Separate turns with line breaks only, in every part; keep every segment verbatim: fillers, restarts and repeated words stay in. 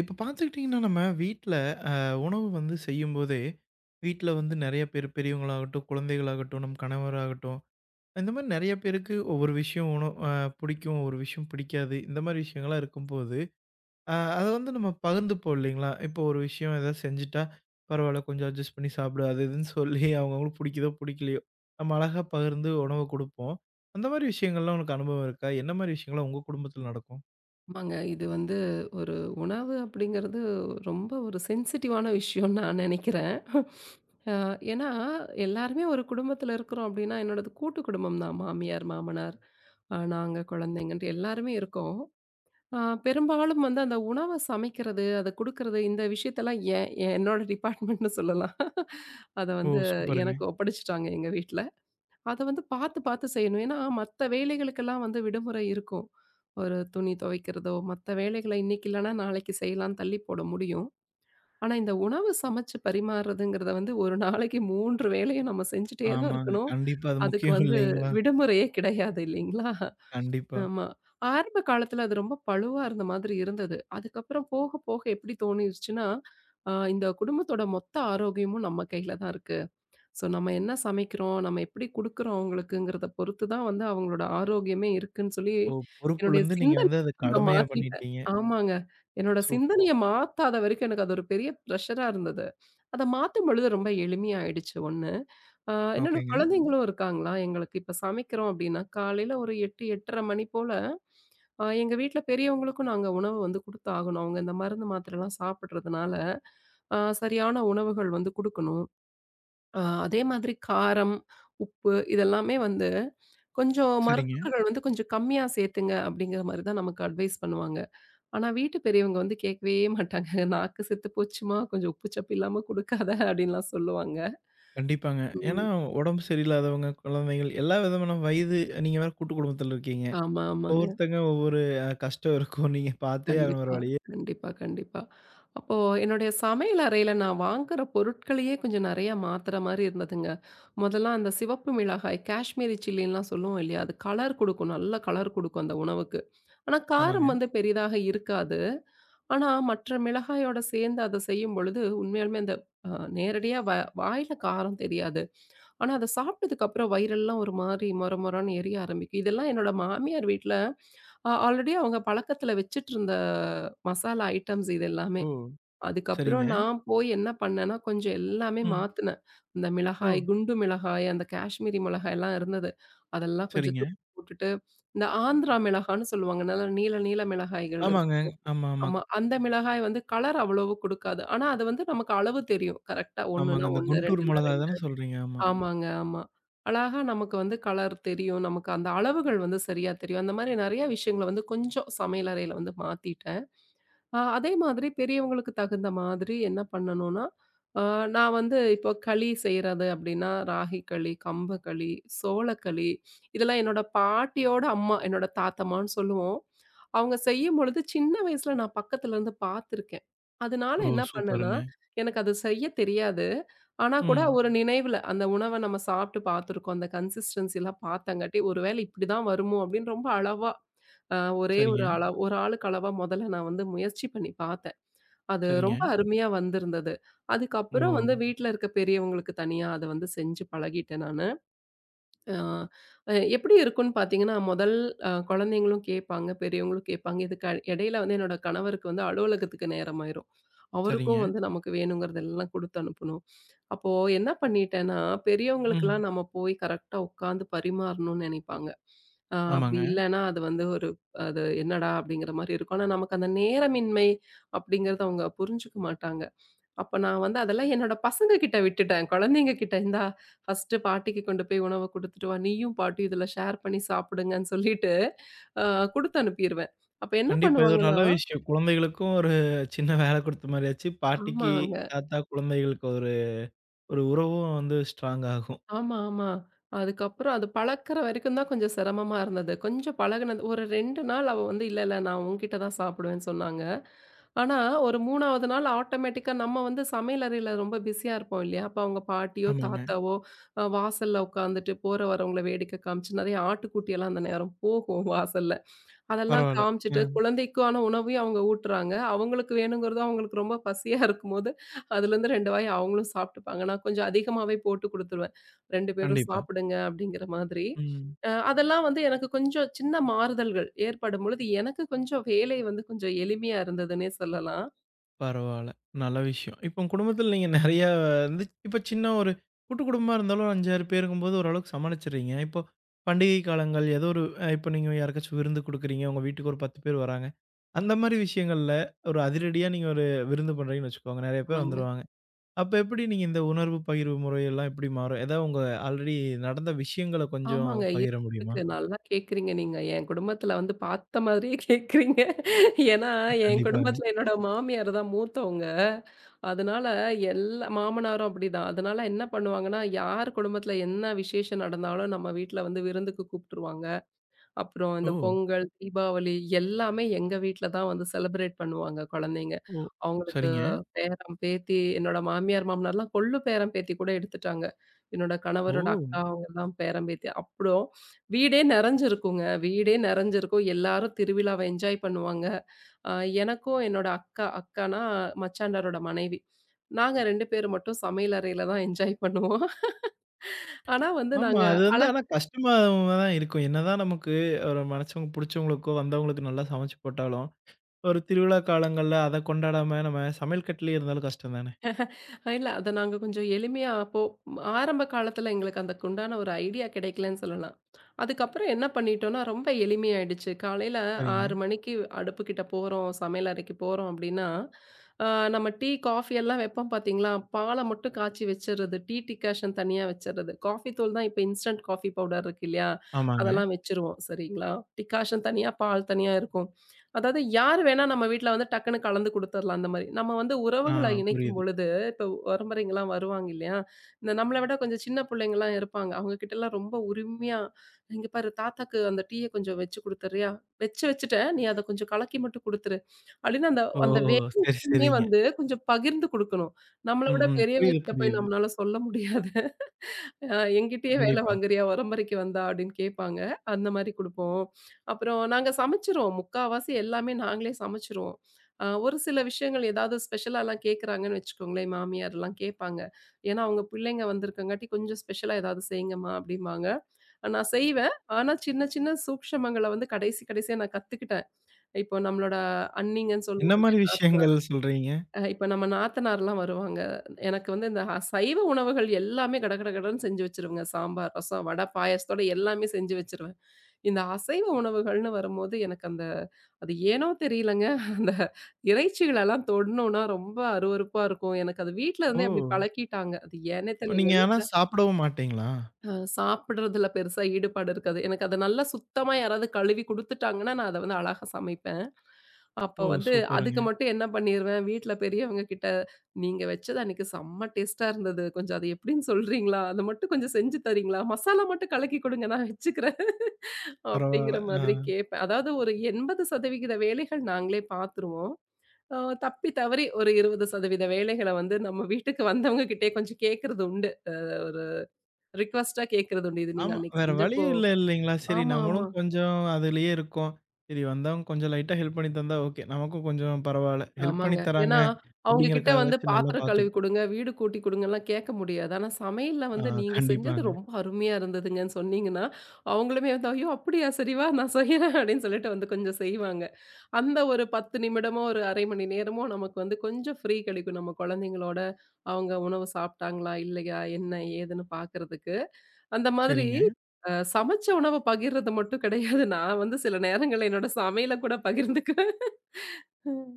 இப்ப பார்த்துக்கிட்டிங்கன்னா, நம்ம வீட்ல உணவு வந்து செய்யும்போதே, வீட்ல வந்து நெறைய பேர் பெரியவங்களாகட்டும், குழந்தைகளாகட்டும், நம் கணவராகட்டும், இந்த மாரி நெறைய பேருக்கு ஒவ்வொரு விஷயம் உண அ பிடிக்கும், ஒரு விஷயம் பிடிக்காது. இந்த மாரி விஷயங்கள்லாம் இருக்கும்போது, அ அத வந்து நம்ம பகிர்ந்துப்போம் இல்லைங்களா? இப்போ ஒரு விஷயம் ஏதாவது செஞ்சுட்டா, பரவால்ல கொஞ்சம் அட்ஜஸ்ட் பண்ணி சாப்பிடு, அது இதுன்னு சொல்லி அவங்கவங்களுக்கு பிடிக்குதோ, பிடிக்கலையோ, நம்ம அழகா பகிர்ந்து உணவு குடுப்போம். அந்த மாரி விஷயங்கள்லாம் உனக்கு அனுபவம் இருக்கா? என்ன மாரி விஷயங்கள்லாம் உங்க குடும்பத்துல நடக்கும்?
ஆமாங்க. இது வந்து ஒரு உணவு அப்படிங்கிறது ரொம்ப ஒரு சென்சிட்டிவான விஷயம்னு நான் நினைக்கிறேன். அ ஏன்னா, எல்லாருமே ஒரு குடும்பத்தில இருக்கிறோம் அப்படின்னா, என்னோடது கூட்டு குடும்பம் தான். மாமியார், மாமனார், அ நாங்க குழந்தைங்கன்ட்டு எல்லாருமே இருக்கோம். அ பெரும்பாலும் வந்து அந்த உணவ சமைக்கிறது, அத குடுக்குறது இந்த விஷயத்தெல்லாம் என் என்னோட டிபார்ட்மெண்ட்னு சொல்லலாம். அத
ஓ!
வந்து
சூப்பருங்க.
எனக்கு ஒப்படைச்சுட்டாங்க எங்க வீட்ல. அத வந்து பார்த்து, பார்த்து செய்யணும். ஏன்னா, மத்த வேலைகளுக்கெல்லாம் வந்து விடுமுறை இருக்கும். ஒரு துணி துவைக்கிறதோ, மத்த வேலைகள இன்னைக்கு இல்லன்னா நாளைக்கு செய்யலாம்னு தள்ளி போட முடியும். ஆனா, இந்த உணவு சமைச்சு பரிமாறுறதுங்கிறத வந்து ஒரு நாளைக்கு மூணு வேளையும் நம்ம செஞ்சுட்டே தான்
ஆமாங்க.
இருக்கணும்.
கண்டிப்பா அது
அதுக்கு
முக்கியம்
வந்து
இல்லைங்களா?
விடுமுறையே கிடையாது இல்லைங்களா?
கண்டிப்பா.
ஆமா. ஆரம்ப காலத்துல அது ரொம்ப பளுவா இருந்த மாதிரி இருந்தது. அதுக்கப்புறம் போக, போக எப்படி தோணிருச்சுன்னா, அ இந்த குடும்பத்தோட மொத்த ஆரோக்கியமும் நம்ம கையில தான் இருக்கு. ஸோ நம்ம என்ன சமைக்கிறோம், நம்ம எப்படி குடுக்குறோம் அவங்களுக்குங்கிறத பொறுத்து தான் வந்து அவங்களோட ஆரோக்கியமே இருக்குன்னு சொல்லி,
ஓ!
என்னுடைய
பொறுப்புலருந்து நீங்க
சிந்தனை
வந்து அத
நான்
கடமையா
மாத்திட்டேன்.
பண்ணிட்டீங்க.
ஆமாங்க. என்னோட
சூப்
சிந்தனைய மாத்தாத வரைக்கும் எனக்கு அது ஒரு பெரிய ப்ரெஷரா இருந்தது. அத மாத்தும் பொழுது ரொம்ப எளிமையாயிடுச்சு ஒன்னு. ஆ இன்னொன்னு
ஓகேங்க.
குழந்தைங்களும் இருக்காங்களா, எங்களுக்கு இப்ப சமைக்கிறோம் அப்படின்னா, காலையில ஒரு எட்டு, எட்டு முப்பது மணி போல, அ எங்க வீட்ல பெரியவங்களுக்கும் நாங்க உணவு வந்து குடுத்தாகணும். அவங்க இந்த மருந்து மாத்திரைலாம் சாப்பிடுறதுனால, அ சரியான உணவுகள் வந்து குடுக்கணும். ஆ அதே மாதிரி காரம், உப்பு இதெல்லாமே வந்து கொஞ்சம்
சரிங்க.
மருத்துவர்கள் வந்து கொஞ்சம் கம்மியா சேர்த்துங்க அப்படிங்கிற மாரி தான் நமக்கு அட்வைஸ் பண்ணுவாங்க. ஆனா வீட்டு பெரியவங்க வந்து கேட்கவே மாட்டாங்க. "நாக்கு செத்து போச்சும்மா, கொஞ்சம் உப்பு சப்பு இல்லாம குடுக்காத" அப்படின்லாம் சொல்லுவாங்க.
கண்டிப்பாங்க. ஏன்னா,
ம்.
உடம்பு சரியில்லாதவங்க, குழந்தைகள் எல்லா விதமான வயது நீங்க வேற கூட்டு குடும்பத்துல இருக்கீங்க.
ஆமா, ஆமாங்க.
ஒவ்வொருத்தங்க ஒவ்வொரு அ கஷ்டம் இருக்கும். நீங்க பார்த்தே ஆகணும் வேற
கண்டிப்பா,
வழியே
கண்டிப்பா, கண்டிப்பா. அப்போ என்னுடைய சமையல் அறையில நான் வாங்குற பொருட்களையே கொஞ்சம் நெறையா மாத்துற மாரி இருந்ததுங்க. மொதல்லாம் அந்த சிவப்பு மிளகாய், காஷ்மீரி சில்லின்லாம் சொல்லுவோம் இல்லையா? அது கலர் குடுக்கும். நல்ல கலர் குடுக்கும் அந்த உணவுக்கு. ஆனா,
ஆமாங்க.
காரம் வந்து பெரிதாக இருக்காது. ஆனா, மற்ற மிளகாயோட சேர்ந்து அத செய்யும்பொழுது, உண்மையாலுமே அந்த அ நேரடியா வ வாயில காரம் தெரியாது. ஆனா, அத சாப்பிட்டதுக்கு அப்புறம் வயிறெல்லாம் ஒரு மாரி மொர மொரன்னு எரிய ஆரம்பிக்கும். இதெல்லாம் என்னோட மாமியார் வீட்ல அ ஆல்ரெடி அவங்க பழக்கத்துல வச்சுட்டுருந்த மசாலா ஐட்டம்ஸ் இது எல்லாமே.
ஓ!
அதுக்கப்புறம்
சரிங்க.
நான் போய் என்ன பண்ணேன்னா, கொஞ்சம் எல்லாமே
ம்.
மாத்துனேன். இந்த
ஓ!
மிளகாய், குண்டு மிளகாய், அந்த காஷ்மீரி மிளகாய்லாம் இருந்தது. அதெல்லாம் கொஞ்சம்
சரிங்க.
தூக்கி போட்டுட்டு, இந்த ஆந்திரா மிளகான்னு சொல்லுவாங்க. நல்ல நீள நீள மிளகாய்கள் இருக்கும்.
ஆமாங்க. ஆமா, ஆமா.
ஆமா. அந்த மிளகாய் வந்து கலர் அவ்வளவு குடுக்காது. ஆனா, அது வந்து நமக்கு அளவு தெரியும். கரெக்ட்டா
ஆமாங்க.
1ன்னா
அந்த
ஒன்னு,
குண்டூர்
2ன்னா
மொளகா
ரெண்டு.
தானே சொல்றீங்க? ஆமா.
ஆமாங்க, ஆமா. அழகா நமக்கு வந்து கலர் தெரியும். நமக்கு அந்த அளவுகள் வந்து சரியா தெரியும். அந்த மாரி நெறைய விஷயங்கள வந்து கொஞ்சம் சமையலறையில வந்து மாத்திட்டேன். அ அதே மாதிரி பெரியவங்களுக்கு தகுந்த மாதிரி என்ன பண்ணணும்னா, அ நான் வந்து இப்போ களி செய்றது அப்படின்னா, ராகி களி, கம்பு களி, சோளக்களி இதெல்லாம் என்னோட பாட்டியோட அம்மா, என்னோட தாத்தம்மான்னு சொல்லுவோம். அவங்க செய்யும்பொழுது சின்ன வயசுல நான் பக்கத்துல இருந்து பார்த்துருக்கேன். அதனால
ஓ!
என்ன பண்ணேன்னா,
சூப்பருங்க.
எனக்கு அது செய்ய தெரியாது. ஆனா கூட
ம்.
ஒரு நினைவுல அந்த உணவ நம்ம சாப்பிட்டு பார்த்துருக்கோம். அந்த கன்சிஸ்டன்சி எல்லாம் பார்த்தங்காட்டி, ஒரு வேளை இப்படிதான் வருமோ அப்படின்னு ரொம்ப அளவா அ ஒரே
சரிங்க,
ஒரு அள ஒரு ஆளுக்கு அளவா முதல்ல நான் வந்து முயற்சி பண்ணி பார்த்தேன். அது
சரிங்க.
ரொம்ப அருமையா வந்திருந்தது.
ஓ!
அதுக்கப்புறம் வந்து வீட்ல இருக்க பெரியவங்களுக்கு தனியா அத வந்து செஞ்சு பழகிட்டேன் நானு. ஆ, அ எப்படி இருக்கும்ன்னு பார்த்தீங்கன்னா, முதல் அ குழந்தைங்களும் கேட்பாங்க, பெரியவங்களும் கேட்பாங்க. இதுக்கு அ- இடையில வந்து என்னோட கணவருக்கு வந்து அலுவலகத்துக்கு நேரமாயிரும். அவருக்கும்
சரிங்க.
வந்து நமக்கு வேணுங்கிறதெல்லாம் குடுத்து அனுப்பணும். அப்போ என்ன பண்ணிட்டேன்னா,
ம்.
பெரியவங்களுக்கெல்லாம் நம்ம போய் கரெக்ட்டா உட்காந்து பரிமாறணும்னு நினைப்பாங்க. அ அப்படி
ஆமாங்க.
இல்லன்னா, அது வந்து ஒரு அது என்னடா அப்படிங்கிற மாரி இருக்கும். ஆனா, நமக்கு அந்த நேரமின்மை அப்படிங்கிறத அவங்க புரிஞ்சுக்க மாட்டாங்க. அப்ப நான் வந்து அதெல்லாம் என்னோட பசங்க கிட்ட விட்டுட்டேன். குழந்தைங்க கிட்ட, "இந்தா ஃபர்ஸ்ட்டு பாட்டிக்கு கொண்டு போய் உணவ குடுத்துட்டு வா. நீயும் பாட்டியும் இதுல ஷேர் பண்ணி சாப்பிடுங்கன்னு" சொல்லிட்டு, அ குடுத்து அனுப்பிருவேன். அப்ப என்ன
கண்டிப்பா. இது ஒரு
பண்ணுவாங்கன்னா
நல்ல விஷயம். குழந்தைகளுக்கும் ஒரு சின்ன வேலை குடுத்த மாரி ஆச்சு. பாட்டிக்கு,
ஆமாங்க.
தாத்தா, குழந்தைகளுக்கு ஒரு ஒரு உறவும் வந்து ஸ்ட்ராங் ஆகும்.
ஆமா, ஆமா. அதுக்கப்புறம் அது பழக்குற வரைக்கும் தான் கொஞ்சம் சிரமமா இருந்தது. கொஞ்சம் பழகுனது ஒரு ரெண்டு நாள் அவ வந்து இல்ல, இல்ல நான் உன்கிட்ட தான் சாப்பிடுவேன்னு சொன்னாங்க. ஆனா, ஒரு 3வது நாள் ஆட்டோமேட்டிக்கா நம்ம வந்து சமையல் அறையில ரொம்ப பிஸியா இருப்போம் இல்லையா? அப்ப அவங்க பாட்டியோ,
ஆமாங்க.
தாத்தாவோ அ வாசல்ல உட்காந்துட்டு போற வரவங்கள வேடிக்கை காமிச்சு நெறைய ஆட்டுக்குட்டியெல்லாம் அந்த நேரம் போகும் வாசல்ல. அதெல்லாம்
பரவால்ல. அ
காமிச்சுட்டு, குழந்தைக்கான உணவையும் அவங்க ஊட்டுறாங்க. அவங்களுக்கு வேணுங்கிறதும் அவங்களுக்கு ரொம்ப பசியா இருக்கும்போது, அதுலேருந்து ரெண்டு வாய் அவங்களும் சாப்ட்டுப்பாங்க. நான் கொஞ்சம் அதிகமாவே போட்டு குடுத்துருவேன். ரெண்டு பேரும்
கண்டிப்பா.
சாப்பிடுங்க அப்படிங்கிற மாதிரி.
ம்.
அ அதெல்லாம் வந்து எனக்கு கொஞ்சம் சின்ன மாறுதல்கள் ஏற்படும்பொழுது, எனக்கு கொஞ்சம் வேலை வந்து கொஞ்சம் எளிமையா இருந்ததுன்னே சொல்லலாம்.
பரவால்ல. நல்ல விஷயம். இப்போ உங்க குடும்பத்தில நீங்க நெறையா வந்து இப்ப சின்ன ஒரு கூட்டு குடும்பமா இருந்தாலும் ஐந்து, ஆறு பேருங்கும்போது ஓரளவுக்கு சமாளிச்சுடுறீங்க. இப்போ பண்டிகை காலங்கள் ஏதோ ஒரு அ இப்போ நீங்க யாருக்காச்சும் விருந்து குடுக்குறீங்க. உங்க வீட்டுக்கு ஒரு பத்து பேர் வராங்க. அந்த மாரி விஷயங்கள்ல ஒரு அதிரடியா நீங்க ஒரு விருந்து பண்றீங்கன்னு வச்சுக்கோங்க. நெறைய பேர்
ஆமாங்க.
வந்துருவாங்க. அப்ப எப்படி நீங்க இந்த உணர்வு பகிர்வு முறையெல்லாம் எப்படி மாறும்? ஏதாவது உங்க ஆல்ரெடி நடந்த விஷயங்கள கொஞ்சம்
ஆமாங்க. இருக்கு.
பகிர முடியுமா?
இருக்கு. நல்லா கேட்கிறீங்க நீங்க. என் குடும்பத்தில வந்து பார்த்த மாதிரியே கேட்கிறீங்க. ஏன்னா,
அ
என்
கண்டிப்பாங்க.
குடும்பத்தில என்னோட மாமியார் தான் மூத்தவங்க. அதனால எல்லா மாமனாரும் அப்படிதான். அதனால என்ன பண்ணுவாங்கன்னா, யார் குடும்பத்தில என்ன விசேஷம் நடந்தாலும் நம்ம வீட்ல வந்து விருந்துக்கு கூப்ட்டுருவாங்க. அப்புறம்
ஓ!
இந்த பொங்கல், தீபாவளி எல்லாமே எங்க வீட்ல தான் வந்து செலிப்ரேட் பண்ணுவாங்க குழந்தைங்க.
ஓ!
அவங்களுக்கு
சரிங்க.
பேரன், பேத்தி என்னோட மாமியார், மாமனார்லாம் கொள்ளு பேரன், பேத்தி கூட எடுத்துட்டாங்க. என்னோட
ஓ!
கணவரோட அக்கா அவங்கலாம் பேரன், பேத்தி. அப்புறம் வீடே நெறஞ்சிருக்குங்க. வீடே நெறஞ்சிருக்கும். எல்லாரும் திருவிழாவ என்ஜாய் பண்ணுவாங்க. அ எனக்கும் என்னோட அக்கா அக்கானா மச்சாண்டாரோட மனைவி. நாங்க ரெண்டு பேரும் மட்டும் சமையல் அறையில தான் என்ஜாய் பண்ணுவோம். ஆனா வந்து
ஆமா.
நாங்க
அது வந்து ஆனா கஷ்டமா தான் இருக்கும். என்னதான் நமக்கு ஒரு மனசவங்க புடிச்சவங்களுக்கோ, வந்தவங்களுக்கு நல்லா சமைச்சு போட்டாலும், ஒரு திருவிழா காலங்கள்ல அத கொண்டாடாம நம்ம சமையல் கட்டுலயே இருந்தாலும் கஷ்டம் தானே!
இல்ல. அத நாங்க கொஞ்சம் எளிமையா அப்போ ம், ஆரம்ப காலத்துல எங்களுக்கு அதுக்கு உண்டான ஒரு ஐடியா கிடைக்கலன்னு சொல்லலாம். அதுக்கப்புறம் என்ன பண்ணிட்டோம்னா, ரொம்ப எளிமையாயிடுச்சு. காலையில
சரிங்க.
ஆறு மணிக்கு அடுப்புக்கிட்ட போறோம், சமையல் அறைக்கு போறோம் அப்படின்னா, அ நம்ம டீ, காஃபி எல்லாம் வைப்போம் பார்த்தீங்களா? பால மட்டும் காய்ச்சி வச்சுறது. டீ டிகாஷன் தனியா வச்சுறது. காஃபி தூள் தான் இப்ப இன்ஸ்டன்ட் காஃபி பவுடர் இருக்கு இல்லையா?
ஆமாங்க.
அதெல்லாம் வச்சுருவோம். சரிங்களா? டிகாஷன் தனியா, பால் தனியா இருக்கும். அதாவது யார் வேணா நம்ம வீட்ல வந்து டக்குன்னு கலந்து குடுத்துரலாம் அந்த மாரி. நம்ம வந்து
ஆ
உறவுகள இணைக்கும்
புரியுது.
பொழுது, இப்ப உறம்பறைங்கலாம் வருவாங்க இல்லையா? இந்த நம்மள விட கொஞ்சம் சின்ன பிள்ளைங்கலாம் இருப்பாங்க. அவங்க கிட்டலாம் ரொம்ப உரிமையா, "இங்க பாரு தாத்தாக்கு அந்த டீய கொஞ்சம் வச்சு குடுத்துர்றியா? வச்சு வச்சுட்டேன். நீ அத கொஞ்சம் கலக்கி மட்டும் குடுத்துரு." அப்படின்னு அந்த
ஓ!
அந்த
சரி,
வேலையுமே
சரிங்க.
வந்து கொஞ்சம் பகிர்ந்து குடுக்கணும். நம்மள
ம்,
விட
ம்.
பெரியவங்க
புரியுது,
கிட்ட போய்
புரியுது.
நம்மளால சொல்ல முடியாது. அ என்கிட்டயே வேலை
கண்டிப்பா.
வாங்குறியா? உரம்பரைக்கு வந்தா அப்படின்னு கேட்பாங்க. அந்த மாரி குடுப்போம். அப்புறம் நாங்க சமைச்சுருவோம். முக்காவாசி எல்லாமே நாங்களே சமைச்சுருவோம். அ ஒரு சில விஷயங்கள் ஏதாவது ஸ்பெஷலாலாம் கேட்குறாங்கன்னு வச்சுக்கோங்களேன், மாமியார்லாம் கேட்பாங்க. ஏன்னா அவங்க பிள்ளைங்க வந்திருக்கங்காட்டி கொஞ்சம் ஸ்பெஷலா ஏதாவது செய்யுங்கம்மா அப்படிம்பாங்க. அஹ் நான் செய்வேன். ஆனா சின்ன சின்ன சூக்ஷமங்கள வந்து கடைசி கடைசியா நான் கத்துக்கிட்டேன். இப்போ நம்மளோட அண்ணிங்கன்னு
என்ன
சொல்லுவோம்
மாரி
இல்லையா?
விஷயங்கள் சொல்றீங்க?
அ இப்ப நம்ம நாத்தனார்லாம் வருவாங்க. எனக்கு வந்து இந்த அ சைவ உணவுகள் எல்லாமே கடகடகடன்னு செஞ்சு வச்சுருவேங்க. சாம்பார், ரசம், வடை, பாயாசத்தோட எல்லாமே செஞ்சு வச்சுருவேன். இந்த அசைவ உணவுகள்னு வரும்போது எனக்கு அந்த அது ஏனோ தெரியலங்க. அந்த இறைச்சிகளெல்லாம் தொடணும்னா ரொம்ப அருவருப்பா இருக்கும். எனக்கு அது வீட்ல
ஓ!
இருந்தே அப்படி பழக்கிட்டாங்க. அது ஏன்னே தெரியல எங்க
நீங்க ஆனா
வீட்ல
சாப்பிடவும் மாட்டீங்களா?
அ சாப்பிடுறதுல பெருசா ஈடுபாடு இருக்காது. எனக்கு அத நல்லா சுத்தமா யாராவது கழுவி குடுத்துட்டாங்கன்னா, நான் அத வந்து அழகா சமைப்பேன். அப்போ
ஓ!
வந்து அதுக்கு
சூப்பருங்க.
மட்டும் என்ன பண்ணிருவேன், வீட்ல பெரியவங்க கிட்ட, "நீங்க வச்சது அன்னைக்கு செம்ம டேஸ்ட்டா இருந்தது. கொஞ்சம் அது எப்படின்னு சொல்றீங்களா? அத மட்டும் கொஞ்சம் செஞ்சு தர்றீங்களா? மசாலா மட்டும் கலக்கி குடுங்க, நான் வச்சுக்கிறேன்."
பரவால்ல.
அப்படிங்கிற மாதிரி
ஆ.
கேட்பேன். அதாவது ஒரு எண்பது சதவீதம் வேலைகள் நாங்களே பார்த்துருவோம். அ தப்பி தவறி ஒரு இருபது சதவீதம் வேலைகள வந்து நம்ம வீட்டுக்கு வந்தவங்க கிட்டயே கொஞ்சம் கேட்கறது உண்டு. அ ஒரு ரிக்வெஸ்ட்டா கேட்கறது உண்டு. இது நீங்க
ஆமா.
அன்னைக்கு
வேற
செஞ்சப்போ
வழியும் இல்ல இல்லைங்களா? சரி
ஆமா,
நம்மளும்
ஆமா.
கொஞ்சம் அதுலயே இருக்கோம். சரி வந்தவங்க கொஞ்சம் லைட்டா ஹெல்ப் பண்ணி தந்தா ஓகே. நமக்கும் கொஞ்சம் பரவால்ல. ஹெல்ப் பண்ணி
ஆமாங்க.
தராங்க
ஏன்னா, அவங்க கிட்ட வந்து
அப்படிங்கிறக்காகவாச்சும் நல்லா
பாத்திரம் கழுவி
பார்த்துப்போம்.
குடுங்க, வீடு கூட்டி குடுங்கலாம் கேட்க முடியாது. ஆனா, சமையல்ல
ஆ
வந்து நீங்க செஞ்சது
கண்டிப்பாங்க.
ரொம்ப அருமையா இருந்ததுங்கன்னு சொன்னீங்கன்னா, அவங்களுமே வந்து, "ஐயோ! அப்படியா? சரி வா நான் செய்றேன்" அப்படின்னு சொல்லிட்டு வந்து கொஞ்சம் செய்வாங்க. அந்த ஒரு பத்து நிமிடமோ, ஒரு அரை மணி நேரமோ நமக்கு வந்து கொஞ்சம் ஃப்ரீ கிடைக்கும். நம்ம குழந்தைங்களோட அவங்க உணவு சாப்பிட்டாங்களா? இல்லையா? என்ன? ஏதுன்னு பார்க்கறதுக்கு. அந்த மாதிரி
சரிங்க.
அ சமைச்ச உணவ பகிர்றது மட்டும் கிடையாது. நான் வந்து சில நேரங்கள்ல என்னோட சமையல கூட பகிர்ந்துக்குவேன். ம்.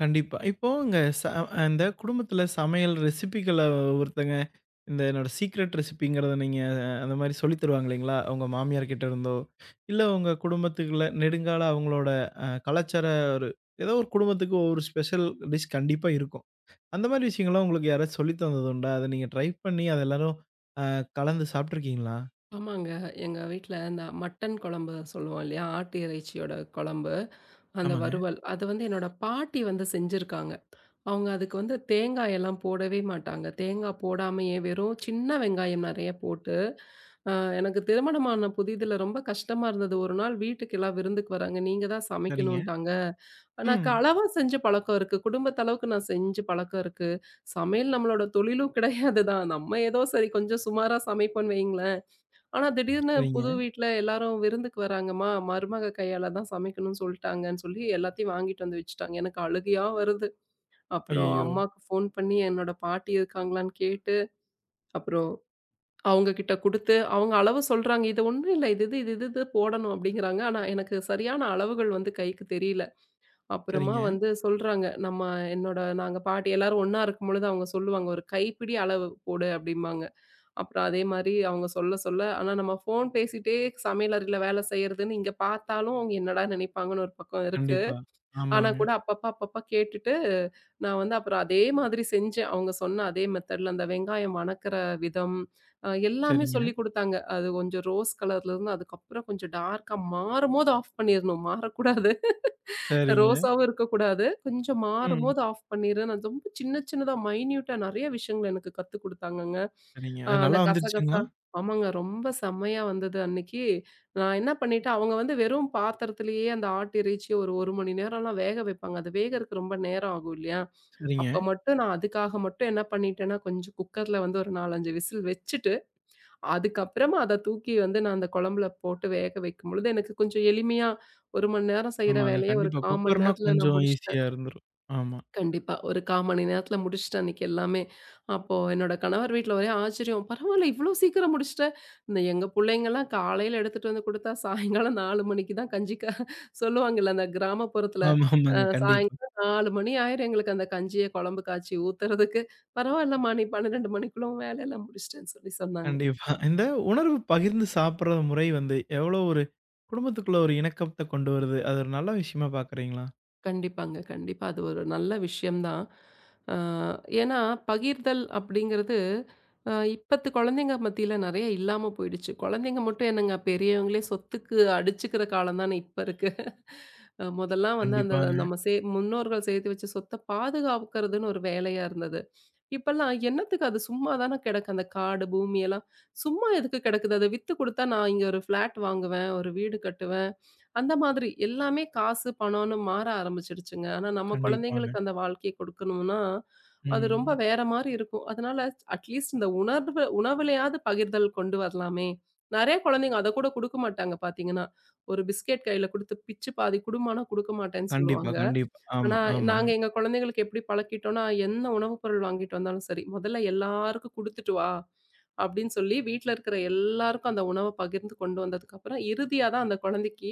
கண்டிப்பா. இப்போங்க ச அந்த குடும்பத்தில சமையல் ரெசிபிகள ஒருத்தங்க இந்த என்னோட சீக்ரெட் ரெசிபிங்கிறத நீங்க அஹ், அந்த மாரி சொல்லி தருவாங்க இல்லைங்களா? உங்க மாமியார் கிட்ட இருந்தோ, இல்ல உங்க குடும்பத்துக்குள்ள நெடுங்கால அவங்களோட அ கலாச்சார ஒரு ஏதோ ஒரு குடும்பத்துக்கு ஒரு ஸ்பெஷல் டிஷ் கண்டிப்பா இருக்கும். அந்த மாரி விஷயங்கள்லாம் உங்களுக்கு யாராச்சும் சொல்லி தந்தது உண்டா? அத நீங்க ட்ரை பண்ணி அத எல்லாரும் அ கலந்து சாப்ட்டுருக்கீங்களா?
ஆமாங்க. எங்க வீட்ல இந்த மட்டன் குழம்பு சொல்லுவோம் இல்லையா? ஆட்டு இறைச்சியோட குழம்பு, அந்த
ஆமாங்க.
வறுவல். அது வந்து என்னோட பாட்டி வந்து செஞ்சிருக்காங்க. அவங்க அதுக்கு வந்து தேங்காய் எல்லாம் போடவே மாட்டாங்க. தேங்காய் போடாமயே வெறும் சின்ன வெங்காயம் நெறைய போட்டு, அ எனக்கு திருமணமான புதிதில ரொம்ப கஷ்டமா இருந்தது. ஒரு நாள் வீட்டுக்கு எல்லாம் விருந்துக்கு வராங்க. நீங்க தான்
சரிங்க.
சமைக்கணுன்ட்டாங்க. எனக்கு
ம்.
அளவா செஞ்ச பழக்கம் இருக்கு. குடும்பத்து அளவுக்கு நான் செஞ்சு பழக்கம் இருக்கு. சமையல் நம்மளோட தொழிலும் கிடையாது தான். நம்ம ஏதோ சரி கொஞ்சம் சுமாரா சமைப்போம்ன்னு வையுங்களேன். ஆனா திடீர்னு
சரிங்க.
புது வீட்ல எல்லாரும் விருந்துக்கு வராங்கம்மா, மருமக கையால தான் சமைக்கணும்னு சொல்ட்டாங்கன்னு சொல்லி எல்லாத்தையும் வாங்கிட்டு வந்து வச்சுட்டாங்க. எனக்கு அழுகையா வருது. அப்புறம்
ஐயய்யோ!
அம்மாக்கு ஃபோன் பண்ணி என்னோட பாட்டி இருக்காங்களான்னு கேட்டு, அப்புறம் அவங்க கிட்ட குடுத்து, அவங்க அளவு சொல்றாங்க. "இது ஒண்ணும் இல்ல. இது இது இது இது இது போடணும்" அப்படிங்கிறாங்க. ஆனா, எனக்கு சரியான அளவுகள் வந்து கைக்கு தெரியல. அப்புறமா
சரிங்க.
வந்து சொல்றாங்க, "நம்ம என்னோட நாங்க பாட்டி எல்லாரும் ஒண்ணா இருக்கும்பொழுது அவங்க சொல்லுவாங்க, "ஒரு கைப்பிடி அளவு போடு" அப்படிம்பாங்க. அப்புறம் அதே மாரி அவங்க சொல்ல சொல்ல ஆனா நம்ம ஃபோன் பேசிட்டே சமையலறையில வேலை செய்றதுன்னு இங்க பார்த்தாலும் அவங்க என்னடா நினைப்பாங்கன்னு ஒரு பக்கம் இருக்கு.
கண்டிப்பா.
ஆனா
ஆமாங்க.
கூட அப்பப்ப, அப்பப்ப கேட்டுட்டு, நான் வந்து அப்புறம் அதே மாதிரி செஞ்சேன். அவங்க சொன்ன அதே மெத்தட்ல அந்த வெங்காயம் வணக்குற விதம், அ எல்லாமே
சரிங்க.
சொல்லிக் குடுத்தாங்க. அது கொஞ்சம் ரோஸ் கலர்லருந்து அதுக்கப்புறம் கொஞ்சம் டார்க்கா மாறும்போது ஆஃப் பண்ணிரணும். மாறக்கூடாது.
சரிங்க.
ரோஸாவும் இருக்கக்கூடாது. கொஞ்சம்
ம்.
மாறும்போது ஆஃப் பண்ணிரு. நான் ரொம்ப சின்ன சின்னதா மைன்யூட்டா நெறைய விஷயங்கள் எனக்கு கத்துக் குடுத்தாங்கங்க.
சரிங்க.
அ
அது
அந்த
நல்லா
கசகசா
வந்துருச்சுங்களா?
ஆமாங்க. ரொம்ப செம்மையா வந்தது அன்னைக்கு. நான் என்ன பண்ணிட்டேன், அவங்க வந்து வெறும் பாத்திரத்திலேயே அந்த ஆட்டிறைச்சி ஒரு 1 மணி நேரம்லாம் வேக வைப்பாங்க. அது வேகறக்கு ரொம்ப நேரம் ஆகும் இல்லையா?
சரிங்க.
அப்ப மட்டும் நான் அதுக்காக மட்டும் என்ன பண்ணிட்டேன்னா, கொஞ்சம் குக்கர்ல வந்து ஒரு நாலு, அஞ்சு விசில் வச்சுட்டு, அதுக்கப்புறமா அத தூக்கி வந்து நான் அந்த குழம்புல போட்டு வேக வைக்கும்பொழுது, எனக்கு கொஞ்சம் எளிமையா ஒரு மணி நேரம் செய்ற
ஆமாங்க.
வேலைய ஒரு
கண்டிப்பா.
கால் மணி
குக்கர்னா
நேரத்துல நான்
கொஞ்சம்
முடிச்சுட்டேன்.
ஈஸியா இருந்துரும். ஆமா.
கண்டிப்பா. ஒரு கால் மணி நேரத்துல முடிச்சுட்டேன் அன்னைக்கு எல்லாமே. அப்போ என்னோட கணவர் வீட்ல ஒரே ஆச்சரியம். "பரவால்ல இவ்ளோ சீக்கிரம் முடிச்சுட்ட." இந்த எங்க புள்ளைங்கலாம் காலையில எடுத்துட்டு வந்து குடுத்தா, சாயங்காலம் நாலு மணிக்கு தான் கஞ்சி க சொல்லுவாங்கல்ல அந்த கிராமப்புறத்துல.
ஆமா,
அ
ஆமாங்க. கண்டிப்பா,
சாயங்காலம் நாலு மணி ஆயிரும் எங்களுக்கு அந்த கஞ்சிய குழம்பு காய்ச்சி ஊத்துறதுக்கு. "பரவால்லம்மா, நீ பன்னிரெண்டு மணிக்குள்ள உன் வேலையெல்லாம் முடிச்சுட்டேன்னு" சொல்லி சொன்னாங்க.
கண்டிப்பா. இந்த உணர்வு பகிர்ந்து சாப்பிடுற முறை வந்து எவ்வளோ ஒரு குடும்பத்துக்குள்ள ஒரு இணக்கத்த கொண்டு வருது. அது ஒரு நல்ல விஷயமா பார்க்குறீங்களா?
கண்டிப்பாங்க. கண்டிப்பா. அது ஒரு நல்ல விஷயம் தான். அ ஏன்னா பகிர்தல் அப்படிங்கிறது அ இப்பத்து குழந்தைங்க மத்தியில நெறைய இல்லாம போயிடுச்சு. குழந்தைங்க மட்டும் என்னங்க பெரியவங்களே சொத்துக்கு அடிச்சுக்கிற காலம் தானே இப்ப இருக்கு. அ முதல்லாம் வந்து அந்த
கண்டிப்பாங்க,
நம்ம சே முன்னோர்கள் சேர்த்து வச்ச சொத்த பாதுகாக்கிறதுன்னு ஒரு வேலையா இருந்தது. இப்பல்லாம் என்னத்துக்கு அது சும்மா தானே கிடக்கு. அந்த காடு பூமி எல்லாம் சும்மா எதுக்கு கிடக்குது? அத வித்து குடுத்தா நான் இங்க ஒரு ஃப்ளாட் வாங்குவேன், ஒரு வீடு கட்டுவேன். அந்த மாதிரி எல்லாமே காசு, பணம்னு மாற ஆரம்பிச்சுடுச்சுங்க. ஆனா நம்ம
கண்டிப்பாங்க.
குழந்தைங்களுக்கு அந்த வாழ்க்கைய குடுக்கணும்னா, அது ரொம்ப
ம்.
வேற மாரி இருக்கும். அதனால அட்லீஸ்ட் இந்த உணர்வு உணவுலயாவது பகிர்தல் கொண்டு வரலாமே! நெறைய குழந்தைங்க அத கூட குடுக்க மாட்டாங்க பார்த்தீங்கன்னா. ஒரு பிஸ்கெட் கையில குடுத்து பிச்சு பாதி குடும்மான்னா குடுக்க மாட்டேன்னு
கண்டிப்பா,
சொல்லுவாங்க.
கண்டிப்பா. ஆமா,
ஆனா,
ஆமாங்க.
நாங்க எங்க குழந்தைகளுக்கு எப்படி பழக்கிட்டோம்னா, என்ன உணவுப் பொருள் வாங்கிட்டு வந்தாலும் சரி, "முதல்ல எல்லாருக்கும் குடுத்துட்டு வா" அப்படின்னு சொல்லி வீட்ல இருக்கிற எல்லாருக்கும் அந்த உணவ பகிர்ந்து கொண்டு வந்ததுக்கப்புறம், இறுதியா தான் அந்த குழந்தைக்கு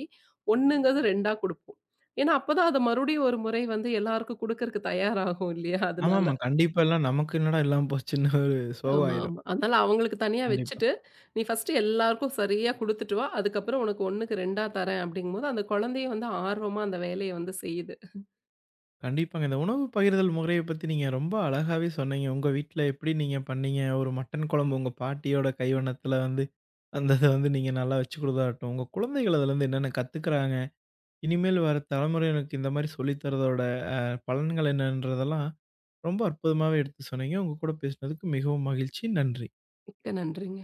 1ங்கிறது 2ஆ குடுப்போம். ஏன்னா, அப்பதான் அது மறுபடியும் ஒரு முறை வந்து எல்லாருக்கும் குடுக்கறக்கு தயாராகும் இல்லையா? அதனால.
ஆமாமா. கண்டிப்பா எல்லாம் நமக்கு என்னடா இல்லாம போச்சுன்னு ஒரு சோகம்
ஆமா,
ஆயிரும்.
ஆமா. அதனால அவங்களுக்கு தனியா
கண்டிப்பா.
வச்சுட்டு, "நீ ஃபர்ஸ்ட்டு எல்லாருக்கும் சரியா குடுத்துட்டு வா. அதுக்கப்புறம் உனக்கு 1க்கு 2ஆ தரேன்" அப்படிங்கும்போது, அந்த குழந்தையும் வந்து ஆர்வமா அந்த வேலைய வந்து செய்யுது.
கண்டிப்பாங்க. இந்த உணவு பகிர்தல் முறைய பத்தி நீங்க ரொம்ப அழகாவே சொன்னீங்க. உங்க வீட்ல எப்படி நீங்க பண்ணீங்க? ஒரு மட்டன் குழம்பு உங்க பாட்டியோட கைவண்ணத்துல வந்து, அந்த இத வந்து நீங்க நல்லா வச்சு குடுத்ததாகட்டும். உங்க குழந்தைகள் அதுலருந்து என்னென்ன கத்துக்கிறாங்க? இனிமேல் வர தலைமுறையினருக்கு இந்த மாரி சொல்லி தரதோட அ பலன்கள் என்னன்றதெல்லாம் ரொம்ப அற்புதமாவே எடுத்து சொன்னீங்க. உங்க கூட பேசினதுக்கு மிகவும் மகிழ்ச்சி. நன்றி.
மிக்க நன்றிங்க.